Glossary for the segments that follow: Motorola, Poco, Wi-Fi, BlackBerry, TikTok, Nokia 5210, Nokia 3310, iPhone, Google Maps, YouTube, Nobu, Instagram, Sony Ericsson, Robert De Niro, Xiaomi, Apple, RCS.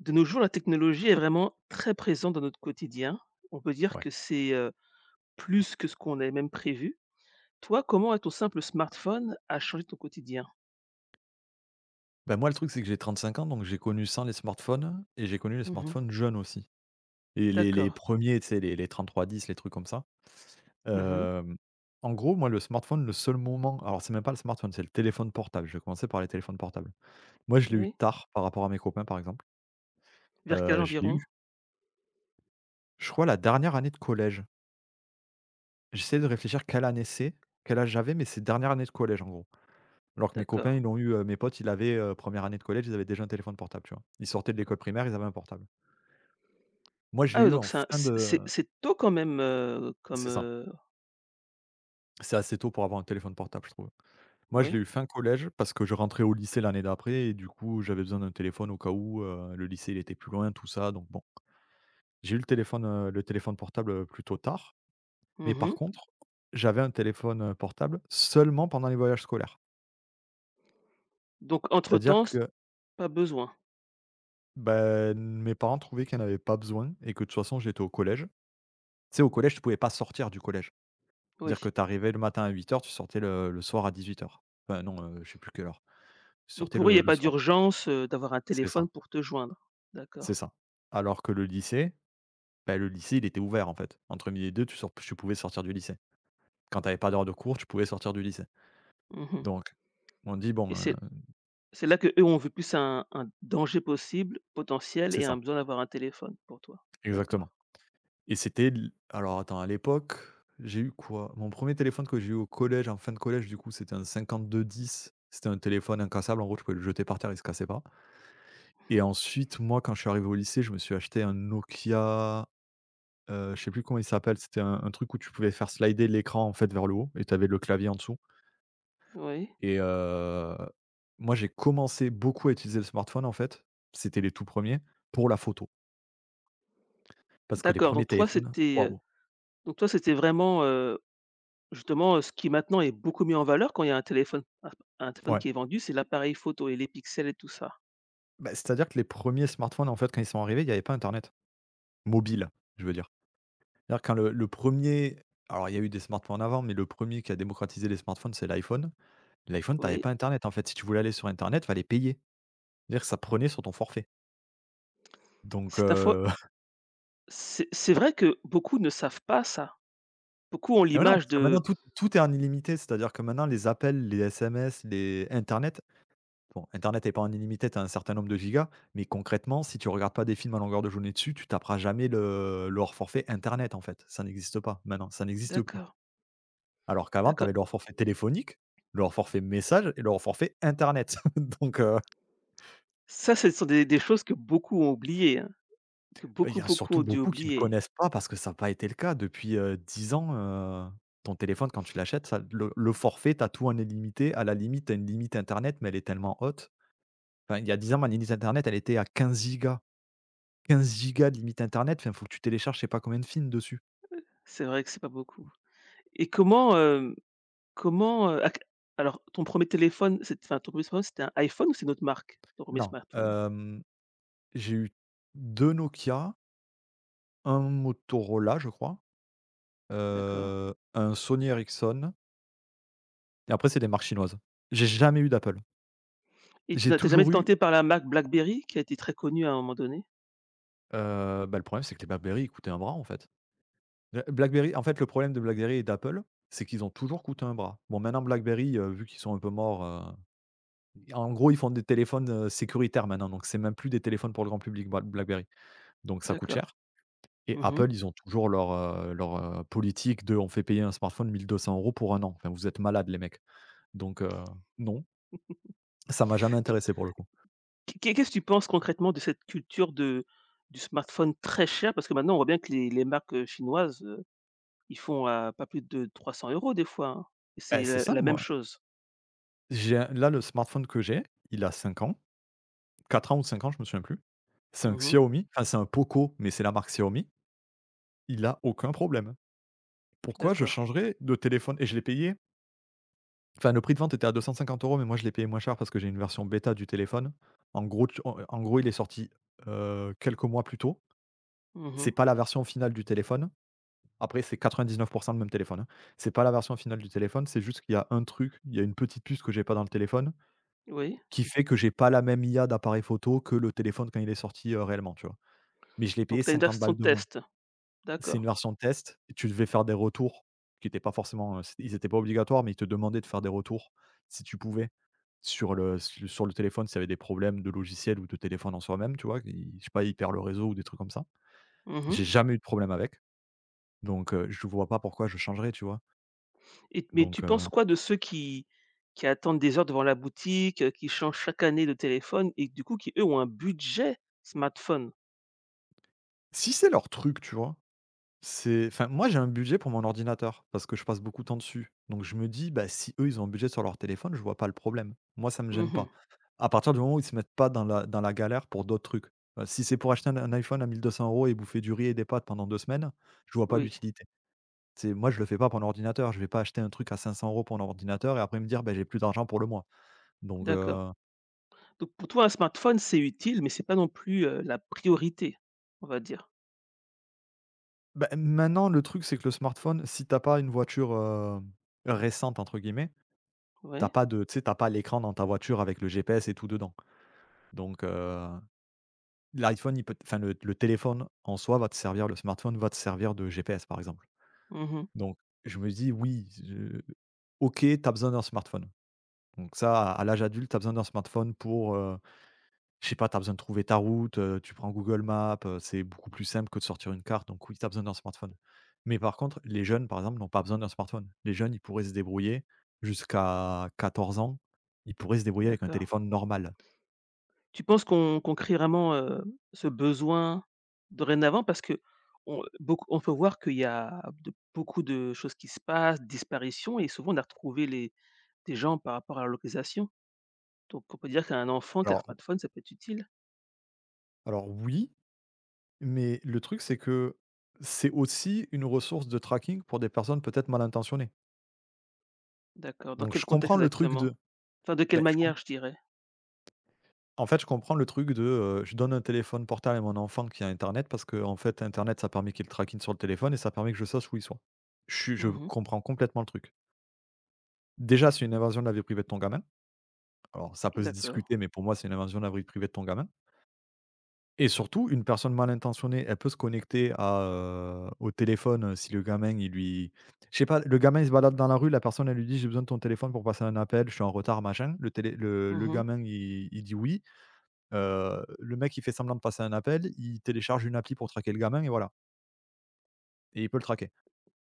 De nos jours, la technologie est vraiment très présente dans notre quotidien. On peut dire Ouais. que c'est plus que ce qu'on avait même prévu. Toi, comment ton simple smartphone a changé ton quotidien? Ben moi, le truc, c'est que j'ai 35 ans, donc j'ai connu sans les smartphones et j'ai connu les Mmh. smartphones jeunes aussi. Et les D'accord. premiers, tu sais, les 3310, les trucs comme ça. Mmh. Euh, En gros, moi, le smartphone, le seul moment. Alors, c'est même pas le smartphone, c'est le téléphone portable. Je vais commencer par les téléphones portables. Moi, je l'ai eu Oui. tard par rapport à mes copains, par exemple. Vers quel âge Je l'ai environ? eu, je crois, la dernière année de collège. J'essaie de réfléchir quelle année c'est, quel âge j'avais, mais c'est dernière année de collège, en gros. Alors que mes D'accord. copains, ils l'ont eu, mes potes, ils avaient première année de collège, ils avaient déjà un téléphone portable, tu vois. Ils sortaient de l'école primaire, ils avaient un portable. Moi, je l'ai Ah oui, eu donc en c'est un fin de. c'est tôt quand même, comme, C'est ça. C'est assez tôt pour avoir un téléphone portable, je trouve. Moi, je ouais. l'ai eu fin collège parce que je rentrais au lycée l'année d'après et du coup, j'avais besoin d'un téléphone au cas où, le lycée, il était plus loin, tout ça, donc bon. J'ai eu le téléphone portable, plutôt tard, mais Mmh. par contre, j'avais un téléphone, portable seulement pendant les voyages scolaires. Donc C'est-à-dire entre-temps, s que pas besoin? ben, mes parents trouvaient qu'ils en avaient pas besoin et que de toute façon, j'étais au collège. Tu sais, au collège, tu pouvais pas sortir du collège. C'est-à-dire Oui. que tu arrivais le matin à 8 heures, tu sortais le soir à 18 heures. Enfin non, je sais plus quelle heure. Donc Sortez pour eux, il n'y a le pas soir. d'urgence, d'avoir un C'est téléphone ça, pour te joindre? c'est D'accord. ça. Alors que le lycée, bah, le lycée, il était ouvert, en fait. Entre midi et deux, tu pouvais sortir du lycée. Quand tu avais pas d'heure de cours, tu pouvais sortir du lycée. Mmh. Donc, on dit et bon. c'est C'est là que eux ont vu plus un danger possible, potentiel C'est et un ça, besoin d'avoir un téléphone pour toi. exactement. D'accord. Et c'était l alors attends, à l'époque, j'ai eu quoi? Mon premier téléphone que j'ai eu au collège, en fin de collège, du coup, c'était un 5210. C'était un téléphone incassable. En gros, tu pouvais le jeter par terre, il se cassait pas. Et ensuite, moi, quand je suis arrivé au lycée, je me suis acheté un Nokia. Je sais plus comment il s'appelle, c'était un truc où tu pouvais faire slider l'écran, en fait, vers le haut et tu avais le clavier en dessous. Oui. et heu, Moi, j'ai commencé beaucoup à utiliser le smartphone, en fait, c'était les tout premiers, pour la photo. Parce que les D'accord, premiers, OK, téléphones, waouh! donc toi, c'était vraiment, justement, ce qui maintenant est beaucoup mis en valeur quand il y a un téléphone Ouais. qui est vendu, c'est l'appareil photo et les pixels et tout ça? Bah, c'est-à-dire que les premiers smartphones, en fait, quand ils sont arrivés, il n'y avait pas internet. Mobile, je veux dire. C'est-à-dire quand le 1 alors, il y a eu des smartphones avant, mais le premier qui a démocratisé les smartphones, c'est l'iPhone. L'iPhone, tu n'avais Oui, pas internet, en fait. Si tu voulais aller sur internet, fallait payer. C'est-à-dire que ça prenait sur ton forfait, donc c'est un fois c'est vrai que beaucoup ne savent pas ça. Beaucoup ont et voilà, l'image parce que maintenant de tout est en illimité, c'est-à-dire que maintenant les appels, les SMS, les internet bon, internet est pas en illimité, tu as un certain nombre de gigas, mais concrètement, si tu regardes pas des films à longueur de journée dessus, tu taperas jamais le hors forfait internet, en fait. Ça n'existe pas maintenant, ça n'existe plus. d'accord, Alors qu'avant, tu d'accord. avais le hors forfait téléphonique, le hors forfait message et le hors forfait internet donc Ça, ce sont des choses que beaucoup ont oubliées, hein, que bah, il beaucoup, y a beaucoup ont surtout dû beaucoup qui ne oublier. connaissent pas parce que ça n'a pas été le cas depuis, 10 ans. Ton téléphone quand tu l'achètes ça le forfait, tu as tout en illimité, à la limite, tu as une limite internet, mais elle est tellement haute. Enfin, il y a 10 ans, ma limite internet, elle était à 15 gigas. 15 gigas de limite internet, il faut que tu télécharges je sais pas combien de films dessus. C'est vrai que c'est pas beaucoup et comment, hem, comment, à q alors ton premier téléphone, c'est enfin, ton premier er smartphone, c'était un iPhone ou c'est une autre marque? Ton premier Non, smartphone? J'ai eu 2 Nokia, un Motorola, je crois, D'accord un Sony Ericsson et après c'est des marques chinoises. J'ai jamais eu d'Apple. et tu J'ai n'as jamais été toujours eu. tenté par la marque BlackBerry qui a été très connue à un moment donné? Bah, le problème, c'est que les BlackBerry, ils coûtaient un bras, en fait. BlackBerry en fait, le problème de BlackBerry et d'Apple, c'est qu'ils ont toujours coûté un bras. Bon, maintenant, BlackBerry, vu qu'ils sont un peu morts, en gros, ils font des téléphones, sécuritaires maintenant, donc c'est même plus des téléphones pour le grand public, BlackBerry, donc ça coûte D'accord. cher et Mmh. Apple, ils ont toujours leur politique de: «On fait payer un smartphone 1 200 euros pour un an». Enfin, vous êtes malades, les mecs, donc non, ça m'a jamais T intéressé pour le coup. qu'est qu'est-ce que tu penses concrètement de cette culture de du smartphone très cher? Parce que maintenant, on voit bien que les marques, chinoises, ils font à pas plus de 300 euros des fois, hein, et Bah, c'est c'est la ça, la même moi, chose. j'ai un là, le smartphone que j'ai, il a 5 ans. 4 ans ou 5 ans, je me souviens plus. C'est un Mmh. Xiaomi, enfin c'est un Poco, mais c'est la marque Xiaomi. Il a aucun problème. Pourquoi je D'accord. changerais de téléphone? Et je l'ai payé, enfin le prix de vente était à 250 euros, mais moi je l'ai payé moins cher parce que j'ai une version bêta du téléphone. En gros, tu en en gros, il est sorti, quelques mois plus tôt. C'est Mmh. pas la version finale du téléphone. Après, c'est 99% le même téléphone, hein. C'est pas la version finale du téléphone, c'est juste qu'il y a un truc, il y a une petite puce que j'ai pas dans le téléphone, Oui, qui fait que j'ai pas la même IA d'appareil photo que le téléphone quand il est sorti, réellement, tu vois? Mais je l'ai donc payé tu as une 50 version balles de de moins. test? C'est une D'accord. version test et tu devais faire des retours qui étaient pas forcément, c ils étaient pas obligatoires, mais ils te demandaient de faire des retours si tu pouvais sur le téléphone, s'il y avait des problèmes de logiciel ou de téléphone en soi-même, tu vois? I Je sais pas, il perd le réseau ou des trucs comme ça. Mmh. J'ai jamais eu de problème avec, donc je vois pas pourquoi je changerais, tu vois? Mais tu Donc penses quoi de ceux qui attendent des heures devant la boutique, qui changent chaque année de téléphone et du coup qui, eux, ont un budget smartphone? si c'est leur truc, tu vois? C'est enfin, moi, j'ai un budget pour mon ordinateur parce que je passe beaucoup de temps dessus. Donc je me dis: «Bah, si eux, ils ont un budget sur leur téléphone, je vois pas le problème». Moi, ça me gêne Mmh. pas. À partir du moment où ils se mettent pas dans la galère pour d'autres trucs. Si c'est pour acheter un iPhone à 1 200 euros et bouffer du riz et des pâtes pendant 2 semaines, je vois pas Oui, l'utilité. C'est moi, je le fais pas pour un ordinateur. Je vais pas acheter un truc à 500 euros pour un ordinateur et après me dire: bah j'ai plus d'argent pour le mois». Donc d'accord. Donc pour toi, un smartphone, c'est utile, mais c'est pas non plus, la priorité, on va dire? bah, maintenant, le truc, c'est que le smartphone, si t'as pas une voiture, «récente» entre guillemets, t'as Oui? pas de tu sais, t'as pas l'écran dans ta voiture avec le GPS et tout dedans. Donc, l'iPhone, il peut enfin, le téléphone en soi va te servir, le smartphone va te servir de GPS, par exemple. Mmh. Donc, je me dis: «Oui, je OK, t'as besoin d'un smartphone». Donc ça, à l'âge adulte, t'as besoin d'un smartphone pour, Je sais pas, tu as besoin de trouver ta route, tu prends Google Maps, c'est beaucoup plus simple que de sortir une carte, donc oui, tu as besoin d'un smartphone. Mais par contre, les jeunes, par exemple, n'ont pas besoin d'un smartphone. Les jeunes, ils pourraient se débrouiller jusqu'à 14 ans, ils pourraient se débrouiller avec un D'accord. téléphone normal. Tu penses qu'on crée vraiment, ce besoin dorénavant? Parce qu'on, beaucoup, on peut voir qu'il y a de beaucoup de choses qui se passent, disparitions et souvent on a retrouvé les des gens par rapport à leur localisation. Donc on peut dire qu'un enfant qui a un Alors smartphone, ça peut être utile. alors oui, mais le truc, c'est que c'est aussi une ressource de tracking pour des personnes peut-être mal intentionnées. D'accord, dans Donc quel je contexte comprends le truc exactement? de Enfin, de quelle beh, je com manière, je dirais? en fait, je comprends le truc de, je donne un téléphone portable à mon enfant qui a internet parce que en fait internet, ça permet qu'il le traquine sur le téléphone et ça permet que je sache où il soit. Je Mmh. comprends complètement le truc. Déjà, c'est une invasion de la vie privée de ton gamin. Alors ça peut se D'accord. discuter, mais pour moi, c'est une invasion de la vie privée de ton gamin et surtout une personne mal intentionnée, elle peut se connecter à, au téléphone, si le gamin il lui je sais pas, le gamin il se balade dans la rue, la personne elle lui dit: «J'ai besoin de ton téléphone pour passer un appel, je suis en retard, machin». Le télé le Mmh. gamin il dit: «Oui». Le mec, il fait semblant de passer un appel, il télécharge une appli pour traquer le gamin et voilà et il peut le traquer.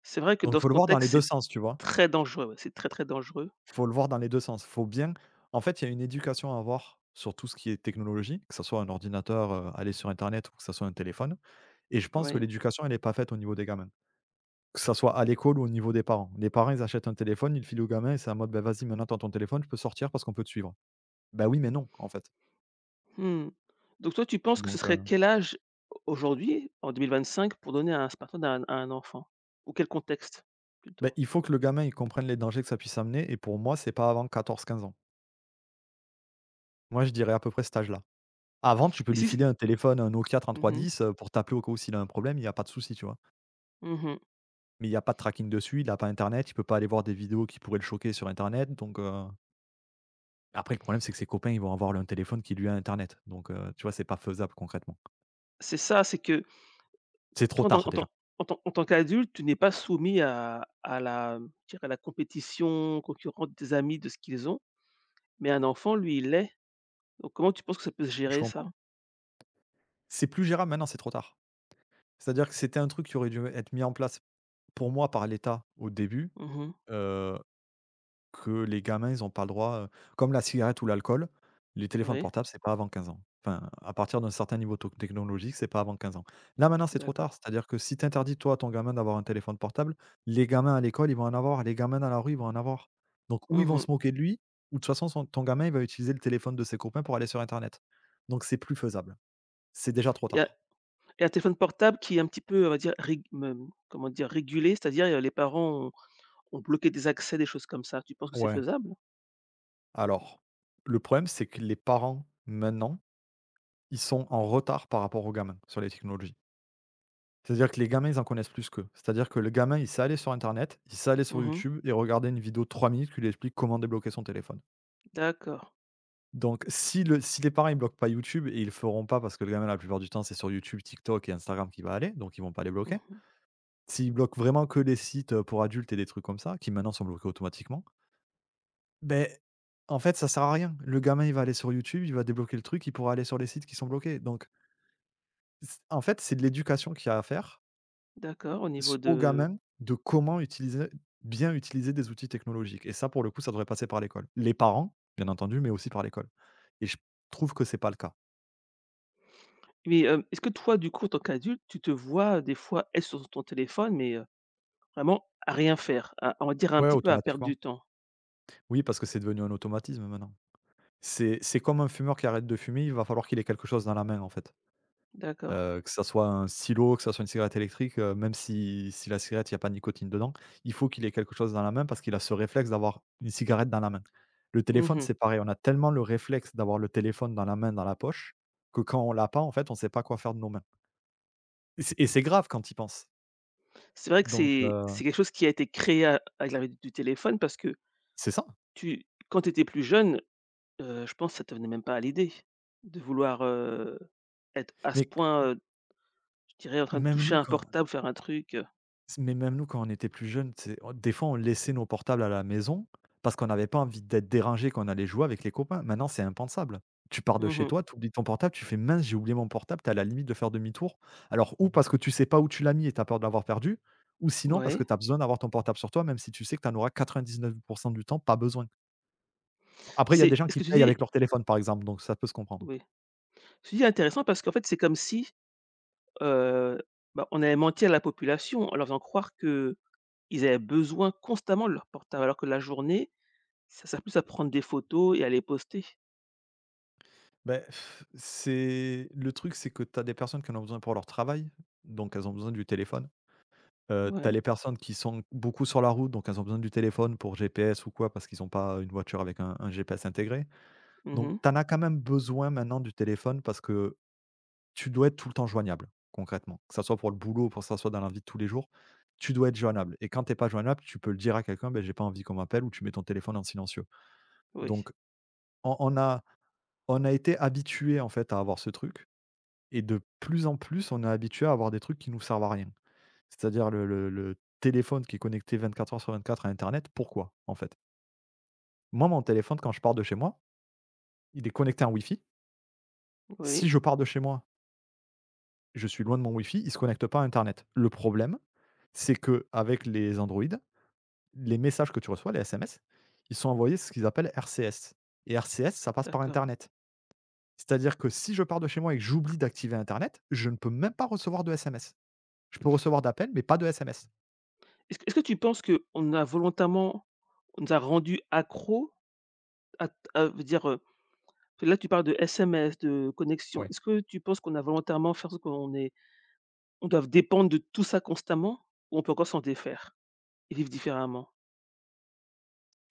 C'est vrai que Donc dans ce faut le voir dans les contexte, 2 c'est sens, tu vois? très dangereux, ouais, c'est très, très dangereux. Faut le voir dans les 2 sens. Faut bien en fait, il y a une éducation à avoir sur tout ce qui est technologie, que ça soit un ordinateur, aller sur internet ou que ça soit un téléphone et je pense que Oui. l'éducation, elle est pas faite au niveau des gamins. Que ça soit à l'école ou au niveau des parents. Les parents, ils achètent un téléphone, ils le filent au gamin et c'est en mode: «Bah, vas-y, maintenant tu ton téléphone, je peux sortir parce qu'on peut te suivre». Bah oui, mais non, en fait. Mmh. Donc toi, tu penses que ce Donc serait quel âge aujourd'hui, en 2025, pour donner un smartphone à un enfant? Ou quel contexte bah, plutôt? il faut que le gamin, il comprenne les dangers que ça puisse amener et pour moi, c'est pas avant 14, 15 ans. Moi, je dirais à peu près cet âge-là. Avant, tu peux Et lui si c filer un téléphone, un Nokia Mmh mh. 3310, pour t'appeler au cas où s'il a un problème, il y a pas de souci, tu vois? Mmh. Mais il y a pas de tracking dessus, il a pas internet, il peut pas aller voir des vidéos qui pourraient le choquer sur internet, donc après le problème, c'est que ses copains, ils vont avoir un téléphone qui lui a internet, donc tu vois, c'est pas faisable concrètement. C'est ça, c'est que C'est trop toi, en tant tard en tant déjà. en tant en tant qu'adulte, tu n'es pas soumis à la, je dirais, à la compétition concurrente des amis, de ce qu'ils ont, mais un enfant, lui, il l'est. Donc comment tu penses que ça peut se Je gérer ça? comprends. C'est plus gérable maintenant, c'est trop tard. C'est-à-dire que c'était un truc qui aurait dû être mis en place, pour moi, par l'État au début, Mmh. heu, que les gamins, ils ont pas le droit, comme la cigarette ou l'alcool, les téléphones Oui, portables, c'est pas avant 15 ans. Enfin, à partir d'un certain niveau to technologique, c'est pas avant 15 ans. Là, maintenant, c'est trop tard. d'accord. C'est-à-dire que si tu interdis, toi, à ton gamin d'avoir un téléphone portable, les gamins à l'école, ils vont en avoir, les gamins dans la rue, ils vont en avoir. Donc ou ils Mmh vont mh. se moquer de lui ou de toute façon, son ton gamin, il va utiliser le téléphone de ses copains pour aller sur internet. Donc c'est plus faisable. C'est déjà trop Et un tard. et un téléphone portable qui est un petit peu, on va dire, rég me comment dire? Régulé, c'est-à-dire, les parents On bloquait des accès, des choses comme ça, tu penses que c'est Ouais. faisable? Alors, le problème, c'est que les parents, maintenant, ils sont en retard par rapport aux gamins sur les technologies. C'est-à-dire que les gamins, ils en connaissent plus qu'eux. C'est-à-dire que le gamin, il sait aller sur Internet, il sait aller sur Mmh. YouTube et regarder une vidéo de 3 minutes qui lui explique comment débloquer son téléphone. D'accord. Donc, si les parents, ne bloquent pas YouTube, et ils le feront pas parce que le gamin, la plupart du temps, c'est sur YouTube, TikTok et Instagram qu'il va aller, donc ils vont pas les bloquer. Mmh. S'ils bloquent vraiment que les sites pour adultes et des trucs comme ça, qui maintenant sont bloqués automatiquement, Ben en fait, ça sert à rien. Le gamin, il va aller sur YouTube, il va débloquer le truc, il pourra aller sur les sites qui sont bloqués. Donc, c en fait, c'est de l'éducation qu'il y a à faire D'accord, au s niveau aux de gamins de comment utiliser bien utiliser des outils technologiques et ça, pour le coup, ça devrait passer par l'école. Les parents, bien entendu, mais aussi par l'école et je trouve que c'est pas le cas. mais, est-ce que toi, du coup, en tant qu'adulte, tu te vois des fois être sur ton téléphone, mais, vraiment à rien faire, à on va dire un Ouais, petit peu à perdre du automatiquement. temps? Oui, parce que c'est devenu un automatisme maintenant. C'est comme un fumeur qui arrête de fumer, il va falloir qu'il ait quelque chose dans la main, en fait. D'accord. Que ça soit un silo, que ça soit une cigarette électrique, même si la cigarette, il y a pas de nicotine dedans, il faut qu'il ait quelque chose dans la main parce qu'il a ce réflexe d'avoir une cigarette dans la main. Le téléphone, Mmh. c'est pareil, on a tellement le réflexe d'avoir le téléphone dans la main, dans la poche, que quand on l'a pas, en fait, on sait pas quoi faire de nos mains et c'est grave quand tu y penses C'est vrai que donc c'est c'est quelque chose qui a été créé a avec l'arrivée du téléphone parce que c'est ça, tu quand tu étais plus jeune, je pense que ça te venait même pas à l'idée de vouloir, être à ce mais q point, je dirais en train de même toucher nous un quand portable, faire un truc, mais même nous, quand on était plus jeunes, tu sais, on des fois, on laissait nos portables à la maison parce qu'on n'avait pas envie d'être dérangé quand on allait jouer avec les copains. Maintenant, c'est impensable. Tu pars de chez Mmh. toi, tu oublies ton portable, tu fais: «Mince, j'ai oublié mon portable», tu à la limite de faire demi-tour. Alors ou parce que tu sais pas où tu l'as mis et tu as peur de l'avoir perdu, ou sinon parce Ouais. que tu as besoin d'avoir ton portable sur toi, même si tu sais que tu en auras 99 du temps pas besoin. Après, il y a des C'est gens ce qui que tu payent dis avec est leur téléphone, par exemple, donc ça peut se comprendre. Oui, ce que tu dis est intéressant parce qu'en fait, c'est comme si, heu, bah, on avait menti à la population en leur faisant croire qu'ils avaient besoin constamment de leur portable, alors que la journée, ça sert plus à prendre des photos et à les poster. Beh, c'est le truc, c'est que tu as des personnes qui en ont besoin pour leur travail, donc elles ont besoin du téléphone. Tu as Ouais. les personnes qui sont beaucoup sur la route, donc elles ont besoin du téléphone pour GPS ou quoi, parce qu'ils ont pas une voiture avec un GPS intégré. Mmh Donc mh. tu en as quand même besoin maintenant du téléphone parce que tu dois être tout le temps joignable, concrètement. Que ça soit pour le boulot, pour que ça soit dans la vie de tous les jours, tu dois être joignable et quand tu es pas joignable, tu peux le dire à quelqu'un: ben j'ai pas envie qu'on m'appelle» ou tu mets ton téléphone en silencieux. Oui, Donc on on a on a été habitué en fait à avoir ce truc. Et de plus en plus, on est habitué à avoir des trucs qui nous servent à rien. C'est-à-dire le téléphone qui est connecté 24 heures sur 24 à internet, pourquoi, en fait? Moi, mon téléphone, quand je pars de chez moi, il est connecté en fi Si oui, je pars de chez moi, je suis loin de mon Wi-Fi, il ne se connecte pas à internet. Le problème, c'est que avec les Android, les messages que tu reçois, les SMS, ils sont envoyés ce qu'ils appellent RCS et RCS, ça passe par d'accord. internet. C'est-à-dire que si je pars de chez moi et que j'oublie d'activer internet, je ne peux même pas recevoir de SMS. Je peux recevoir d'appels, mais pas de SMS. Est-ce que tu penses qu'on a volontairement on nous a rendus accros à je veux dire, là, tu parles de SMS, de connexion. Ouais. Est-ce que tu penses qu'on a volontairement faire ce qu'on est? On doit dépendre de tout ça constamment ou on peut encore s'en défaire et vivre différemment?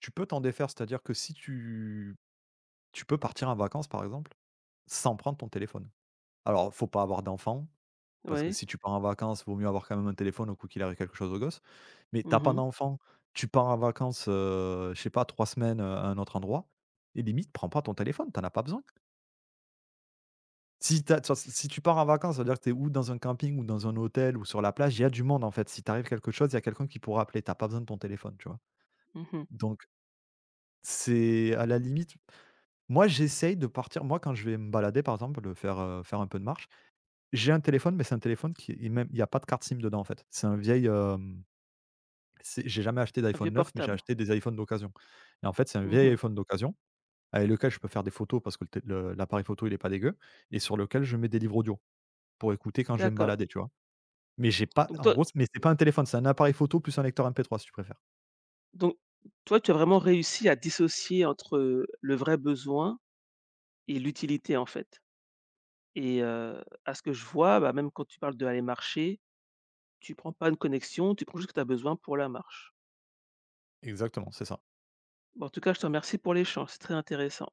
Tu peux t'en défaire, c'est-à-dire que si tu tu peux partir en vacances, par exemple, sans prendre ton téléphone. Alors, faut pas avoir d'enfant, parce que Oui. si tu pars en vacances, vaut mieux avoir quand même un téléphone au coup qu'il arrive quelque chose au gosse. Mais t'as Mmh pas mh. d'enfant, tu pars en vacances, je sais pas 3 semaines, à un autre endroit et limite prends pas ton téléphone, t'en as pas besoin. Si tu pars en vacances, ça veut dire que t'es es ou dans un camping ou dans un hôtel ou sur la plage, il y a du monde, en fait. Si t'arrive quelque chose, il y a quelqu'un qui pourra appeler. T'as pas besoin de ton téléphone, tu vois? Mmh. Donc c'est à la limite Moi, j'essaye de partir moi, quand je vais me balader, par exemple, faire un peu de marche, j'ai un téléphone, mais c'est un téléphone qui est même il y a pas de carte SIM dedans, en fait. C'est un vieil, hem, c'est j'ai jamais acheté Un vieux d'iPhone neuf, mais j'ai portable. acheté des iPhones d'occasion et en fait, c'est un vieil Mmh. iPhone d'occasion avec lequel je peux faire des photos parce que le té le l'appareil photo, il est pas dégueu et sur lequel je mets des livres audio pour écouter quand je vais me D'accord. balader, tu vois? Mais j'ai pas Donc en toi gros, mais c'est pas un téléphone, c'est un appareil photo plus un lecteur MP3, si tu préfères. donc toi, tu as vraiment réussi à dissocier entre, le vrai besoin et l'utilité, en fait et à ce que je vois, bah, même quand tu parles de aller marcher, tu prends pas une connexion, tu prends juste ce que tu as besoin pour la marche. Exactement, c'est ça. Bah, en tout cas, je te remercie pour l'échange, c'est très intéressant.